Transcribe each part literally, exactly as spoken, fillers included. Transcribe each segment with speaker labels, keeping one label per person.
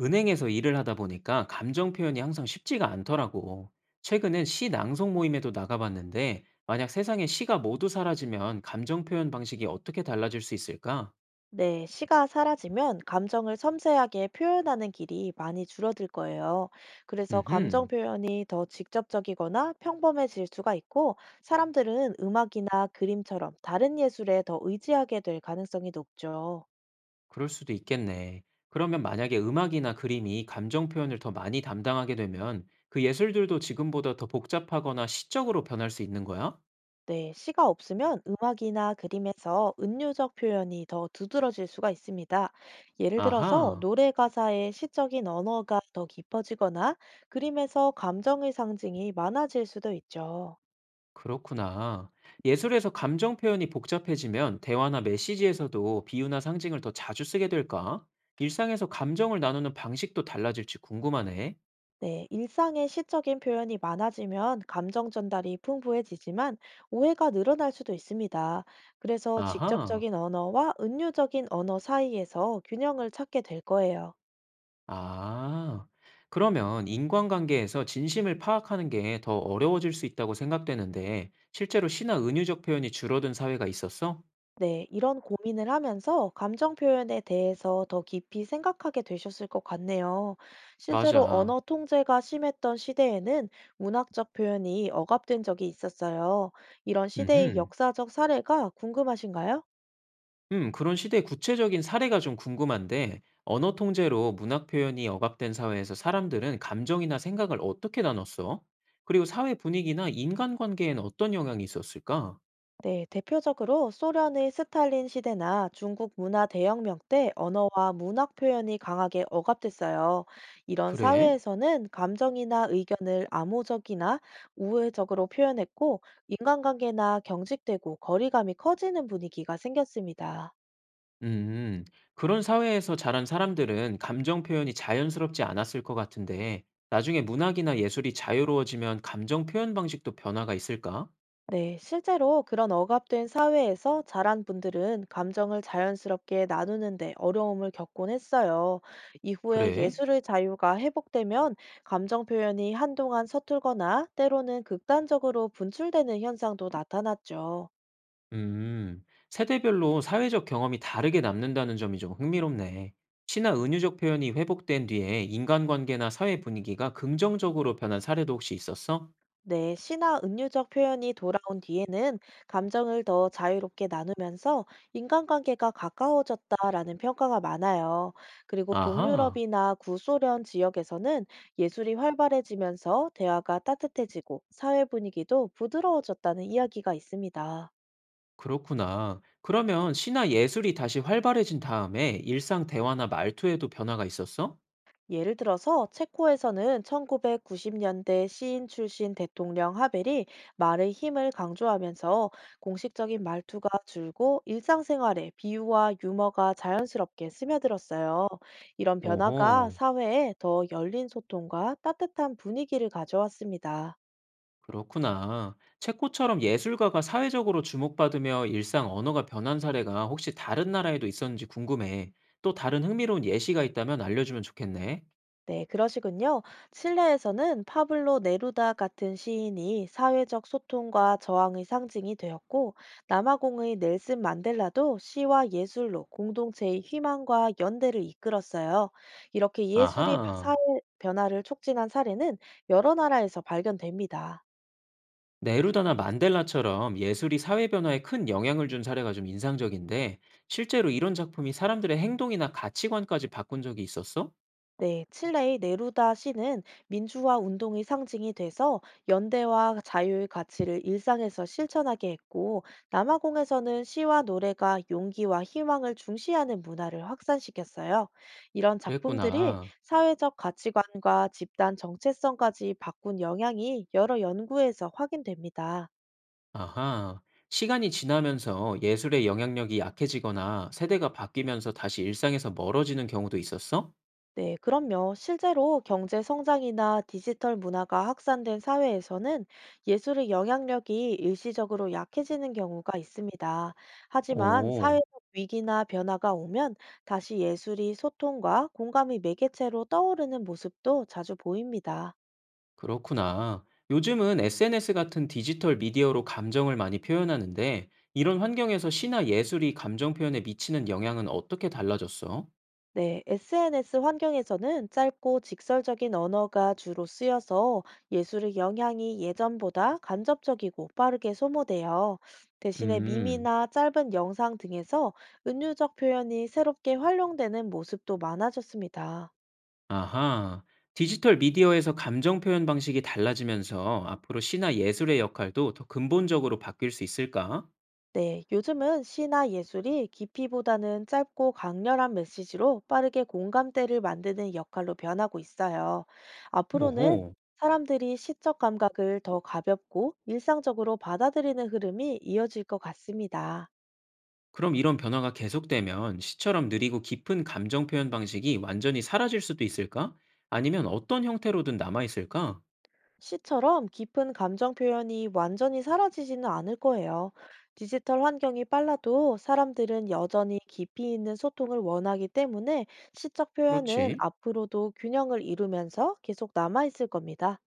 Speaker 1: 은행에서 일을 하다 보니까 감정 표현이 항상 쉽지가 않더라고. 최근엔 시 낭송 모임에도 나가봤는데, 만약 세상에 시가 모두 사라지면 감정 표현 방식이 어떻게 달라질 수 있을까?
Speaker 2: 네, 시가 사라지면 감정을 섬세하게 표현하는 길이 많이 줄어들 거예요. 그래서 감정
Speaker 1: 음흠.
Speaker 2: 표현이 더 직접적이거나 평범해질 수가 있고, 사람들은 음악이나 그림처럼 다른 예술에 더 의지하게 될 가능성이 높죠.
Speaker 1: 그럴 수도 있겠네. 그러면 만약에 음악이나 그림이 감정 표현을 더 많이 담당하게 되면 그 예술들도 지금보다 더 복잡하거나 시적으로 변할 수 있는 거야?
Speaker 2: 네, 시가 없으면 음악이나 그림에서 은유적 표현이 더 두드러질 수가 있습니다. 예를 들어서
Speaker 1: 아하.
Speaker 2: 노래 가사에 시적인 언어가 더 깊어지거나 그림에서 감정의 상징이 많아질 수도 있죠.
Speaker 1: 그렇구나. 예술에서 감정 표현이 복잡해지면 대화나 메시지에서도 비유나 상징을 더 자주 쓰게 될까? 일상에서 감정을 나누는 방식도 달라질지 궁금하네.
Speaker 2: 네, 일상의 시적인 표현이 많아지면 감정 전달이 풍부해지지만 오해가 늘어날 수도 있습니다. 그래서
Speaker 1: 아하.
Speaker 2: 직접적인 언어와 은유적인 언어 사이에서 균형을 찾게 될 거예요.
Speaker 1: 아. 그러면 인간관계에서 진심을 파악하는 게 더 어려워질 수 있다고 생각되는데, 실제로 시나 은유적 표현이 줄어든 사회가 있었어?
Speaker 2: 네, 이런 고민을 하면서 감정 표현에 대해서 더 깊이 생각하게 되셨을 것 같네요. 실제로
Speaker 1: 맞아.
Speaker 2: 언어 통제가 심했던 시대에는 문학적 표현이 억압된 적이 있었어요. 이런 시대의
Speaker 1: 음흠.
Speaker 2: 역사적 사례가 궁금하신가요?
Speaker 1: 음, 그런 시대 구체적인 사례가 좀 궁금한데, 언어 통제로 문학 표현이 억압된 사회에서 사람들은 감정이나 생각을 어떻게 나눴어? 그리고 사회 분위기나 인간관계에는 어떤 영향이 있었을까?
Speaker 2: 네, 대표적으로 소련의 스탈린 시대나 중국 문화 대혁명 때 언어와 문학 표현이 강하게 억압됐어요. 이런
Speaker 1: 그래?
Speaker 2: 사회에서는 감정이나 의견을 암호적이나 우회적으로 표현했고, 인간관계나 경직되고 거리감이 커지는 분위기가 생겼습니다.
Speaker 1: 음, 그런 사회에서 자란 사람들은 감정 표현이 자연스럽지 않았을 것 같은데, 나중에 문학이나 예술이 자유로워지면 감정 표현 방식도 변화가 있을까?
Speaker 2: 네, 실제로 그런 억압된 사회에서 자란 분들은 감정을 자연스럽게 나누는데 어려움을 겪곤 했어요. 이후에
Speaker 1: 그래?
Speaker 2: 예술의 자유가 회복되면 감정 표현이 한동안 서툴거나 때로는 극단적으로 분출되는 현상도 나타났죠.
Speaker 1: 음, 세대별로 사회적 경험이 다르게 남는다는 점이 좀 흥미롭네. 시나 은유적 표현이 회복된 뒤에 인간관계나 사회 분위기가 긍정적으로 변한 사례도 혹시 있었어?
Speaker 2: 네, 시나 은유적 표현이 돌아온 뒤에는 감정을 더 자유롭게 나누면서 인간관계가 가까워졌다라는 평가가 많아요. 그리고
Speaker 1: 아하,
Speaker 2: 동유럽이나 구소련 지역에서는 예술이 활발해지면서 대화가 따뜻해지고 사회 분위기도 부드러워졌다는 이야기가 있습니다.
Speaker 1: 그렇구나. 그러면 시나 예술이 다시 활발해진 다음에 일상 대화나 말투에도 변화가 있었어?
Speaker 2: 예를 들어서 체코에서는 천구백구십 년대 시인 출신 대통령 하벨이 말의 힘을 강조하면서 공식적인 말투가 줄고 일상생활에 비유와 유머가 자연스럽게 스며들었어요. 이런 변화가
Speaker 1: 오호,
Speaker 2: 사회에 더 열린 소통과 따뜻한 분위기를 가져왔습니다.
Speaker 1: 그렇구나. 체코처럼 예술가가 사회적으로 주목받으며 일상 언어가 변한 사례가 혹시 다른 나라에도 있었는지 궁금해. 또 다른 흥미로운 예시가 있다면 알려주면 좋겠네.
Speaker 2: 네, 그러시군요. 칠레에서는 파블로 네루다 같은 시인이 사회적 소통과 저항의 상징이 되었고, 남아공의 넬슨 만델라도 시와 예술로 공동체의 희망과 연대를 이끌었어요. 이렇게 예술이 파- 사회
Speaker 1: 아하.
Speaker 2: 변화를 촉진한 사례는 여러 나라에서 발견됩니다.
Speaker 1: 네루다나 만델라처럼 예술이 사회 변화에 큰 영향을 준 사례가 좀 인상적인데, 실제로 이런 작품이 사람들의 행동이나 가치관까지 바꾼 적이 있었어?
Speaker 2: 네, 칠레의 네루다 시는 민주화 운동의 상징이 돼서 연대와 자유의 가치를 일상에서 실천하게 했고, 남아공에서는 시와 노래가 용기와 희망을 중시하는 문화를 확산시켰어요. 이런 작품들이
Speaker 1: 그랬구나.
Speaker 2: 사회적 가치관과 집단 정체성까지 바꾼 영향이 여러 연구에서 확인됩니다.
Speaker 1: 아하. 시간이 지나면서 예술의 영향력이 약해지거나 세대가 바뀌면서 다시 일상에서 멀어지는 경우도 있었어?
Speaker 2: 네, 그럼요. 실제로 경제 성장이나 디지털 문화가 확산된 사회에서는 예술의 영향력이 일시적으로 약해지는 경우가 있습니다. 하지만
Speaker 1: 오,
Speaker 2: 사회적 위기나 변화가 오면 다시 예술이 소통과 공감의 매개체로 떠오르는 모습도 자주 보입니다.
Speaker 1: 그렇구나. 요즘은 에스엔에스 같은 디지털 미디어로 감정을 많이 표현하는데, 이런 환경에서 시나 예술이 감정 표현에 미치는 영향은 어떻게 달라졌어?
Speaker 2: 네, 에스엔에스 환경에서는 짧고 직설적인 언어가 주로 쓰여서 예술의 영향이 예전보다 간접적이고 빠르게 소모돼요. 대신에
Speaker 1: 음.
Speaker 2: 밈이나 짧은 영상 등에서 은유적 표현이 새롭게 활용되는 모습도 많아졌습니다.
Speaker 1: 아하. 디지털 미디어에서 감정 표현 방식이 달라지면서 앞으로 시나 예술의 역할도 더 근본적으로 바뀔 수 있을까?
Speaker 2: 네, 요즘은 시나 예술이 깊이보다는 짧고 강렬한 메시지로 빠르게 공감대를 만드는 역할로 변하고 있어요. 앞으로는
Speaker 1: 오호.
Speaker 2: 사람들이 시적 감각을 더 가볍고 일상적으로 받아들이는 흐름이 이어질 것 같습니다.
Speaker 1: 그럼 이런 변화가 계속되면 시처럼 느리고 깊은 감정 표현 방식이 완전히 사라질 수도 있을까? 아니면 어떤 형태로든 남아 있을까?
Speaker 2: 시처럼 깊은 감정 표현이 완전히 사라지지는 않을 거예요. 디지털 환경이 빨라도 사람들은 여전히 깊이 있는 소통을 원하기 때문에 시적 표현은
Speaker 1: 그렇지.
Speaker 2: 앞으로도 균형을 이루면서 계속 남아있을 겁니다.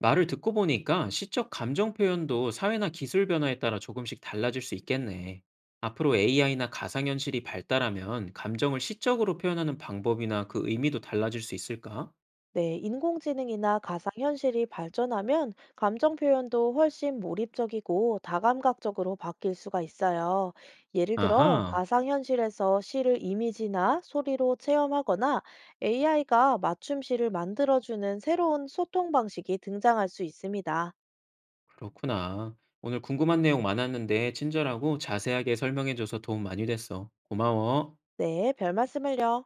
Speaker 1: 말을 듣고 보니까 시적 감정 표현도 사회나 기술 변화에 따라 조금씩 달라질 수 있겠네. 앞으로 에이아이나 가상현실이 발달하면 감정을 시적으로 표현하는 방법이나 그 의미도 달라질 수 있을까?
Speaker 2: 네, 인공지능이나 가상현실이 발전하면 감정 표현도 훨씬 몰입적이고 다감각적으로 바뀔 수가 있어요. 예를 들어,
Speaker 1: 아하,
Speaker 2: 가상현실에서 시를 이미지나 소리로 체험하거나 에이아이가 맞춤시를 만들어주는 새로운 소통 방식이 등장할 수 있습니다.
Speaker 1: 그렇구나. 오늘 궁금한 내용 많았는데 친절하고 자세하게 설명해줘서 도움 많이 됐어. 고마워.
Speaker 2: 네, 별 말씀을요.